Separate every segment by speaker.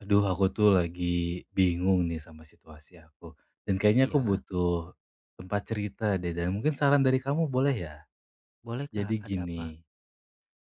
Speaker 1: Aduh, aku tuh lagi bingung nih sama situasi aku. Dan kayaknya aku
Speaker 2: Iya,
Speaker 1: butuh tempat cerita deh dan mungkin saran dari kamu boleh ya?
Speaker 2: boleh Kak,
Speaker 1: Jadi
Speaker 2: ada apa?
Speaker 1: gini,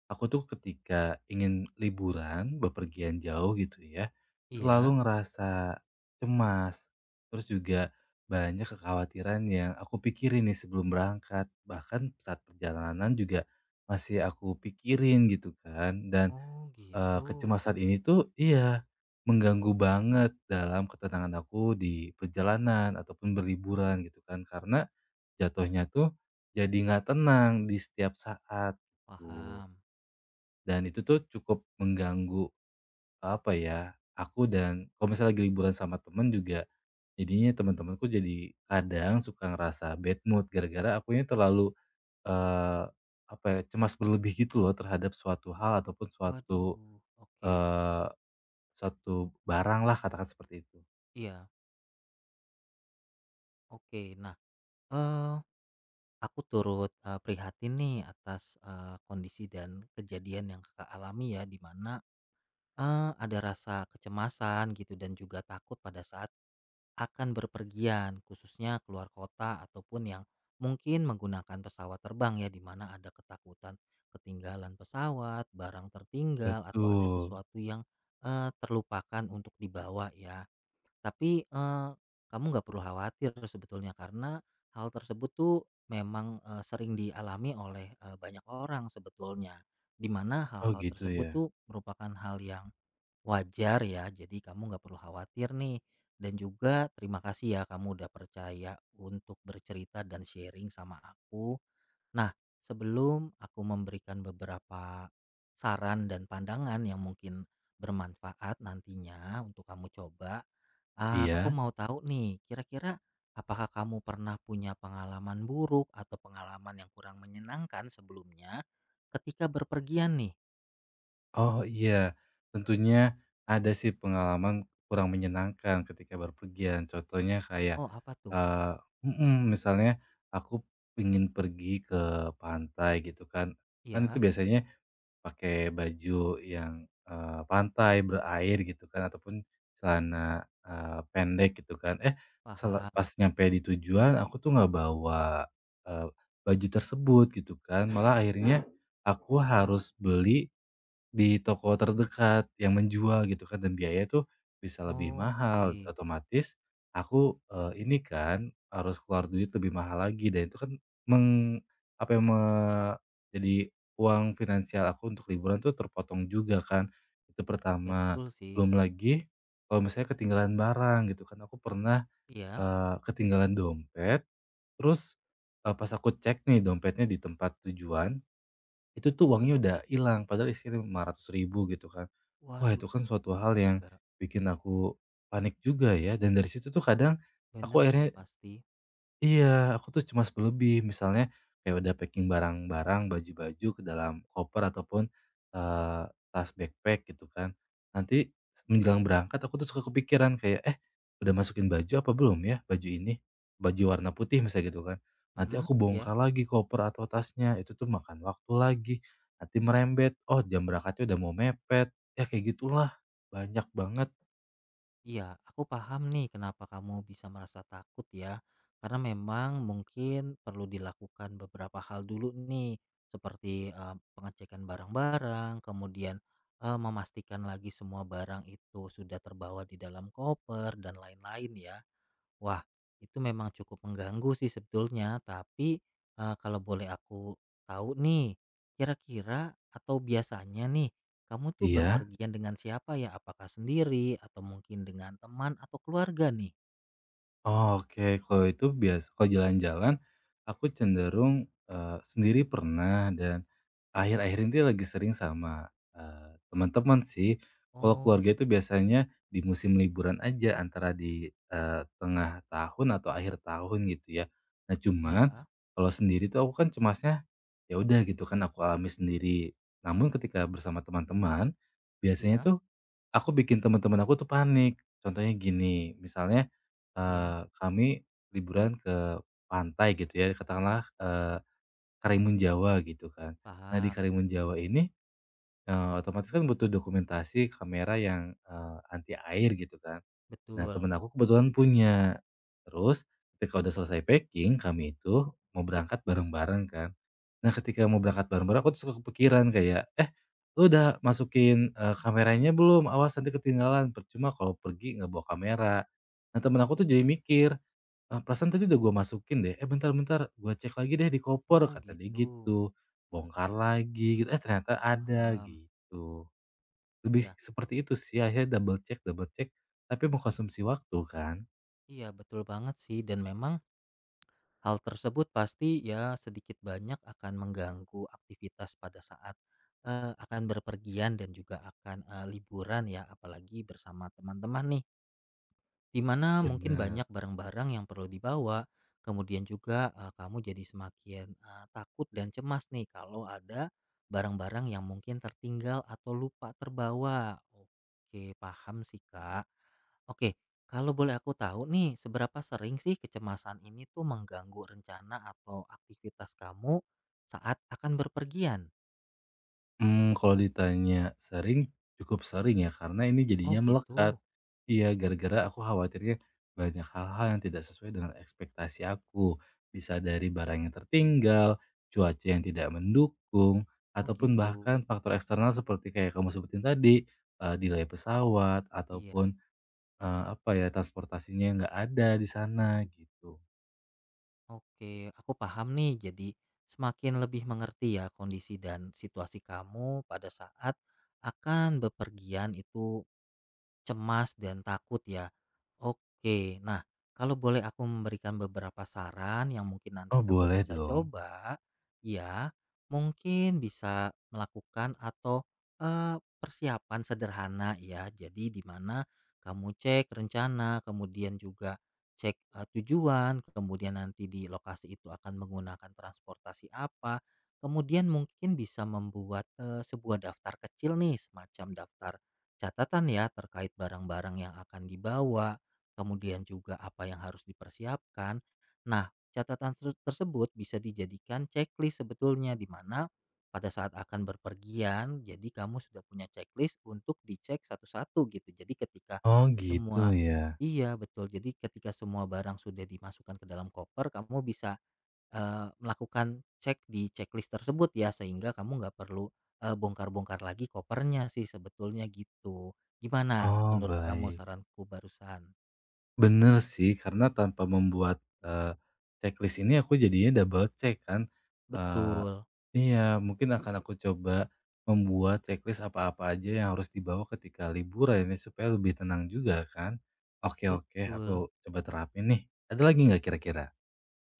Speaker 1: aku tuh ketika ingin liburan, bepergian jauh gitu ya,
Speaker 2: Iya?
Speaker 1: selalu ngerasa cemas. Terus juga banyak kekhawatiran yang aku pikirin nih sebelum berangkat. Bahkan saat perjalanan juga masih aku pikirin gitu kan.
Speaker 2: Oh gitu,
Speaker 1: Kecemasan ini tuh iya, mengganggu banget dalam ketenangan aku di perjalanan ataupun berliburan gitu kan, karena jatuhnya tuh jadi nggak tenang di setiap saat gitu.
Speaker 2: paham.
Speaker 1: Dan itu tuh cukup mengganggu, apa ya, aku dan kalau misalnya lagi liburan sama temen juga jadinya teman-temanku jadi kadang suka ngerasa bad mood gara-gara aku ini terlalu, eee, apa ya, cemas berlebih gitu loh terhadap suatu hal ataupun suatu,
Speaker 2: Waduh, oke.
Speaker 1: Suatu barang lah katakan seperti itu.
Speaker 2: Iya, oke. Nah, eee, aku turut, prihatin nih atas, kondisi dan kejadian yang Kakak alami ya, di mana, ada rasa kecemasan gitu dan juga takut pada saat akan berpergian, khususnya keluar kota ataupun yang mungkin menggunakan pesawat terbang ya, di mana ada ketakutan ketinggalan pesawat, barang tertinggal atau ada
Speaker 1: Betul.
Speaker 2: sesuatu yang terlupakan untuk dibawa ya. Tapi kamu nggak perlu khawatir sebetulnya karena hal tersebut tuh memang sering dialami oleh banyak orang sebetulnya. Di mana
Speaker 1: Oh
Speaker 2: hal-hal
Speaker 1: gitu
Speaker 2: tersebut
Speaker 1: ya?
Speaker 2: tuh merupakan hal yang wajar ya, jadi kamu nggak perlu khawatir nih. Dan juga terima kasih ya kamu udah percaya untuk bercerita dan sharing sama aku. Nah, sebelum aku memberikan beberapa saran dan pandangan yang mungkin bermanfaat nantinya untuk kamu coba, ah, aku
Speaker 1: Iya?
Speaker 2: mau tahu nih, kira-kira apakah kamu pernah punya pengalaman buruk atau pengalaman yang kurang menyenangkan sebelumnya ketika berpergian nih?
Speaker 1: Oh iya. Tentunya ada sih pengalaman kurang menyenangkan ketika berpergian. Contohnya kayak,
Speaker 2: Oh, apa tuh?
Speaker 1: eee mhm, misalnya aku ingin pergi ke pantai gitu kan. Kan itu
Speaker 2: Ya,
Speaker 1: biasanya pakai baju yang, pantai, berair gitu kan ataupun celana, pendek gitu kan. Eh,
Speaker 2: paham.
Speaker 1: pas nyampe di tujuan aku tuh nggak bawa, eee, baju tersebut gitu kan, malah akhirnya aku harus beli di toko terdekat yang menjual gitu kan dan biaya itu bisa lebih
Speaker 2: Oh, oke.
Speaker 1: mahal, otomatis aku, ini kan harus keluar duit lebih mahal lagi dan itu kan meng apa yang me jadi uang finansial aku untuk liburan tuh terpotong juga kan, itu pertama.
Speaker 2: Betul sih.
Speaker 1: Belum lagi kalau misalnya ketinggalan barang gitu kan, aku pernah,
Speaker 2: Iya.
Speaker 1: ketinggalan dompet, terus, pas aku cek nih dompetnya di tempat tujuan itu tuh uangnya udah hilang, padahal isinya rp ribu gitu kan. Wah,
Speaker 2: Waduh,
Speaker 1: itu kan suatu hal yang
Speaker 2: agak
Speaker 1: bikin aku panik juga ya, dan dari situ tuh kadang
Speaker 2: bener
Speaker 1: aku
Speaker 2: sih
Speaker 1: akhirnya
Speaker 2: pasti.
Speaker 1: Iya, aku tuh cuma selebih, misalnya kayak udah packing barang-barang, baju-baju ke dalam koper ataupun, eee, tas backpack gitu kan. Nanti menjelang berangkat aku tuh suka kepikiran kayak, "Eh, udah masukin baju apa belum ya baju ini?" Baju warna putih misalnya gitu kan. Nanti
Speaker 2: Mhm,
Speaker 1: aku
Speaker 2: ya.
Speaker 1: bongkar lagi koper atau tasnya, itu tuh makan waktu lagi, nanti merembet, oh jam berangkatnya udah mau mepet, ya kayak gitulah, banyak banget.
Speaker 2: Iya, aku paham nih kenapa kamu bisa merasa takut ya. Karena memang mungkin perlu dilakukan beberapa hal dulu nih, seperti, pengecekan barang-barang, kemudian, memastikan lagi semua barang itu sudah terbawa di dalam koper dan lain-lain ya. Wah, itu memang cukup mengganggu sih sebetulnya, tapi, kalau boleh aku tahu nih, kira-kira atau biasanya nih, kamu tuh
Speaker 1: Iya?
Speaker 2: berpergian dengan siapa ya? Apakah sendiri atau mungkin dengan teman atau keluarga nih?
Speaker 1: Oh, oke, kalau itu biasa kalau jalan-jalan, aku cenderung, sendiri pernah dan akhir-akhir ini lagi sering sama, teman-teman sih. Kalau
Speaker 2: Oh
Speaker 1: keluarga itu
Speaker 2: gitu.
Speaker 1: biasanya di musim liburan aja antara di, tengah tahun atau akhir tahun gitu ya. Nah cuman,
Speaker 2: Iya
Speaker 1: kalau sendiri tuh aku kan cemasnya, ya udah gitu kan aku alami sendiri. Namun ketika bersama teman-teman, biasanya
Speaker 2: iya
Speaker 1: tuh, aku bikin teman-teman aku tuh panik. Contohnya gini, misalnya
Speaker 2: iya,
Speaker 1: Kami liburan ke pantai gitu ya, katakanlah, Karimun Jawa gitu kan. Nah di
Speaker 2: paham.
Speaker 1: Karimun Jawa ini, otomatis kan butuh dokumentasi kamera yang, anti air gitu kan. Nah
Speaker 2: Betul.
Speaker 1: temen aku kebetulan punya. Terus ketika udah selesai packing kami itu mau berangkat bareng-bareng kan. Nah ketika mau berangkat bareng-bareng aku tuh suka kepikiran kayak, "Eh, lu udah masukin, kameranya belum? Awas nanti ketinggalan, percuma kalau pergi nggak bawa kamera." Nah temen aku tuh jadi mikir, "Perasaan tadi udah gue masukin deh, eh bentar bentar, gue cek lagi deh di koper,"
Speaker 2: Oh
Speaker 1: kata dia
Speaker 2: gitu,
Speaker 1: gitu. Bongkar lagi gitu, eh ternyata ada
Speaker 2: paham.
Speaker 1: gitu. Lebih
Speaker 2: Iya
Speaker 1: seperti itu sih, akhirnya double check, tapi mengkonsumsi waktu kan.
Speaker 2: iya, betul banget sih dan memang hal tersebut pasti ya sedikit banyak akan mengganggu aktivitas pada saat, akan berpergian dan juga akan, liburan ya apalagi bersama teman-teman nih. Di mana mungkin
Speaker 1: Bener.
Speaker 2: banyak barang-barang yang perlu dibawa, kemudian juga, kamu jadi semakin, takut dan cemas nih kalau ada barang-barang yang mungkin tertinggal atau lupa terbawa. Oke, paham sih, Kak. Oke, kalau boleh aku tahu nih, seberapa sering sih kecemasan ini tuh mengganggu rencana atau aktivitas kamu saat akan berpergian?
Speaker 1: Hmm, kalau ditanya sering, cukup sering ya karena ini
Speaker 2: Oh
Speaker 1: jadinya melekat.
Speaker 2: gitu
Speaker 1: Iya, gara-gara aku khawatirnya banyak hal-hal yang tidak sesuai dengan ekspektasi aku. Bisa dari barang yang tertinggal, cuaca yang tidak mendukung,
Speaker 2: oh
Speaker 1: ataupun
Speaker 2: gitu,
Speaker 1: bahkan faktor eksternal seperti kayak kamu sebutin tadi, delay pesawat
Speaker 2: iya.
Speaker 1: ataupun, apa ya, transportasinya yang nggak ada di sana gitu.
Speaker 2: Oke, aku paham nih. Jadi semakin lebih mengerti ya kondisi dan situasi kamu pada saat akan bepergian itu cemas dan takut ya. Oke. Nah, kalau boleh aku memberikan beberapa saran yang mungkin nanti
Speaker 1: Oh
Speaker 2: kamu
Speaker 1: boleh
Speaker 2: bisa
Speaker 1: dong?
Speaker 2: coba, ya mungkin bisa melakukan atau persiapan sederhana ya. Jadi di mana kamu cek rencana, kemudian juga cek tujuan, kemudian nanti di lokasi itu akan menggunakan transportasi apa. Kemudian mungkin bisa membuat sebuah daftar kecil nih, semacam daftar catatan ya terkait barang-barang yang akan dibawa, kemudian juga apa yang harus dipersiapkan. Nah, catatan tersebut bisa dijadikan checklist sebetulnya di mana pada saat akan berpergian, jadi kamu sudah punya checklist untuk dicek satu-satu gitu. Jadi ketika
Speaker 1: Oh gitu
Speaker 2: semua
Speaker 1: ya?
Speaker 2: Iya betul. Jadi ketika semua barang sudah dimasukkan ke dalam koper, kamu bisa melakukan cek di checklist tersebut ya, sehingga kamu nggak perlu, bongkar-bongkar lagi kopernya sih sebetulnya gitu. Gimana
Speaker 1: Oh
Speaker 2: menurut kamu
Speaker 1: baik.
Speaker 2: saranku barusan?
Speaker 1: Bener sih, karena tanpa membuat, checklist ini aku jadinya double check kan, eee
Speaker 2: Betul
Speaker 1: iya, mungkin akan aku coba membuat checklist apa-apa aja yang harus dibawa ketika liburan ya, supaya lebih tenang juga kan. Oke oke,
Speaker 2: betul.
Speaker 1: aku coba terapin nih. Ada lagi nggak kira-kira?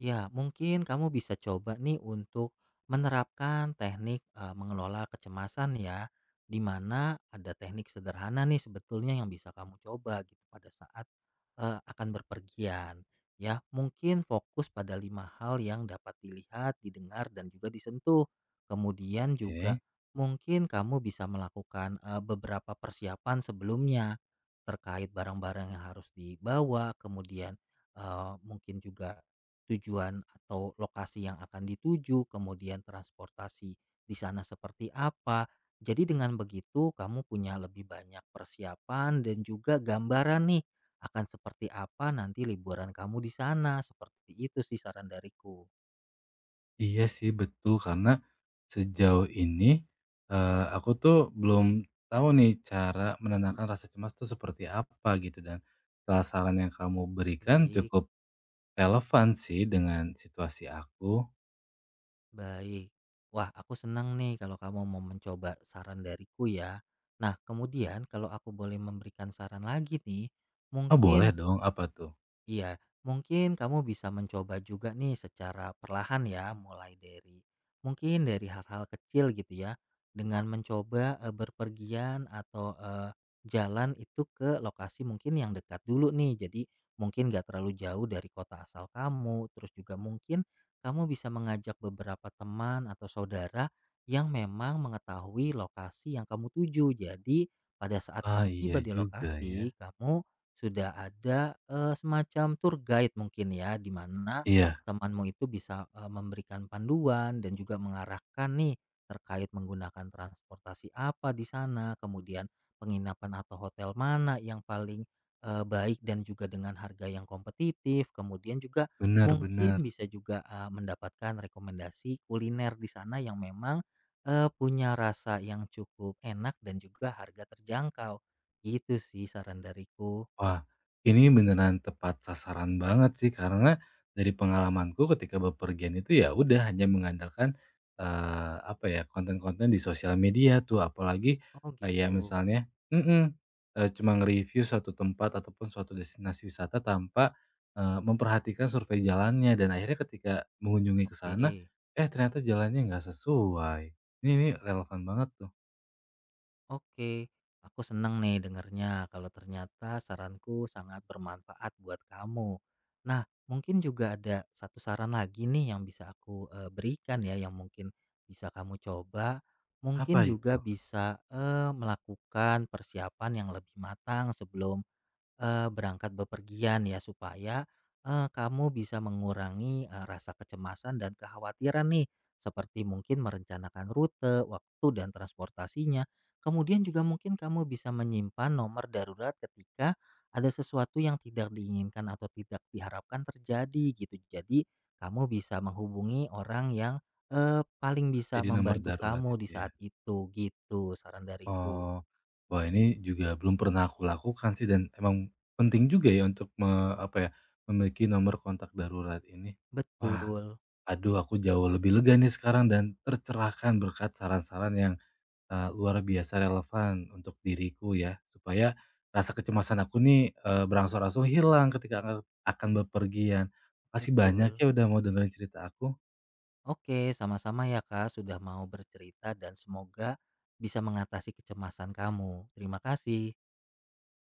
Speaker 2: Ya, mungkin kamu bisa coba nih untuk menerapkan teknik mengelola kecemasan ya, di mana ada teknik sederhana nih sebetulnya yang bisa kamu coba gitu pada saat akan berpergian. Ya, mungkin fokus pada lima hal yang dapat dilihat, didengar, dan juga disentuh. Kemudian juga
Speaker 1: Oke.
Speaker 2: mungkin kamu bisa melakukan beberapa persiapan sebelumnya terkait barang-barang yang harus dibawa, kemudian mungkin juga tujuan atau lokasi yang akan dituju, kemudian transportasi di sana seperti apa. Jadi dengan begitu kamu punya lebih banyak persiapan dan juga gambaran nih akan seperti apa nanti liburan kamu di sana. Seperti itu sih saran dariku.
Speaker 1: Iya sih betul, karena sejauh ini, aku tuh belum tahu nih cara menenangkan rasa cemas tuh seperti apa gitu dan, salah saran yang kamu berikan
Speaker 2: Baik,
Speaker 1: cukup relevan sih dengan situasi aku.
Speaker 2: baik. Wah, aku senang nih kalau kamu mau mencoba saran dariku ya. Nah, kemudian kalau aku boleh memberikan saran lagi nih,
Speaker 1: Oh boleh
Speaker 2: mungkin
Speaker 1: dong, apa tuh?
Speaker 2: iya, mungkin kamu bisa mencoba juga nih secara perlahan ya, mulai dari mungkin dari hal-hal kecil gitu ya, dengan mencoba berpergian atau jalan itu ke lokasi mungkin yang dekat dulu nih. Jadi mungkin gak terlalu jauh dari kota asal kamu, terus juga mungkin kamu bisa mengajak beberapa teman atau saudara yang memang mengetahui lokasi yang kamu tuju. Jadi pada saat
Speaker 1: Ah
Speaker 2: kamu
Speaker 1: iya
Speaker 2: tiba di
Speaker 1: juga ya.
Speaker 2: lokasi, kamu sudah ada, semacam tour guide mungkin ya, di mana
Speaker 1: Iya,
Speaker 2: temanmu itu bisa, memberikan panduan dan juga mengarahkan nih, terkait menggunakan transportasi apa di sana, kemudian penginapan atau hotel mana yang paling, baik dan juga dengan harga yang kompetitif, kemudian juga mungkin
Speaker 1: benar-benar.
Speaker 2: bisa juga, mendapatkan rekomendasi kuliner di sana yang memang, punya rasa yang cukup enak dan juga harga terjangkau. Gitu sih saran dariku.
Speaker 1: Wah, ini beneran tepat sasaran banget sih, karena dari pengalamanku ketika bepergian itu ya udah hanya mengandalkan, apa ya, konten-konten di sosial media tuh, apalagi
Speaker 2: Oh
Speaker 1: kayak
Speaker 2: gitu.
Speaker 1: misalnya cuma nge-review suatu tempat ataupun suatu destinasi wisata tanpa, memperhatikan survei jalannya dan akhirnya ketika mengunjungi ke sana,
Speaker 2: Oke.
Speaker 1: eh ternyata jalannya nggak sesuai. Ini relevan banget tuh.
Speaker 2: Oke. Aku seneng nih dengernya kalau ternyata saranku sangat bermanfaat buat kamu. Nah, mungkin juga ada satu saran lagi nih yang bisa aku berikan ya yang mungkin bisa kamu coba.
Speaker 1: Apa
Speaker 2: Mungkin juga
Speaker 1: itu?
Speaker 2: bisa melakukan persiapan yang lebih matang sebelum berangkat bepergian ya supaya, kamu bisa mengurangi, rasa kecemasan dan kekhawatiran nih, seperti mungkin merencanakan rute, waktu, dan transportasinya. Kemudian juga mungkin kamu bisa menyimpan nomor darurat ketika ada sesuatu yang tidak diinginkan atau tidak diharapkan terjadi gitu. Jadi kamu bisa menghubungi orang yang, paling bisa
Speaker 1: Jadi nomor
Speaker 2: membantu
Speaker 1: darurat
Speaker 2: kamu di
Speaker 1: itu ya?
Speaker 2: saat itu gitu saran dariku.
Speaker 1: Oh, wah ini juga belum pernah aku lakukan sih dan emang penting juga ya untuk apa ya, memiliki nomor kontak darurat ini. Wah,
Speaker 2: Betul
Speaker 1: aduh aku jauh lebih lega nih sekarang dan tercerahkan berkat saran-saran yang, luar biasa relevan untuk diriku ya. Supaya rasa kecemasan aku nih, berangsur-angsur hilang ketika akan bepergian. Makasih banyak
Speaker 2: betul.
Speaker 1: ya udah mau dengerin cerita aku.
Speaker 2: Oke, sama-sama ya Kak sudah mau bercerita dan semoga bisa mengatasi kecemasan kamu. Terima kasih.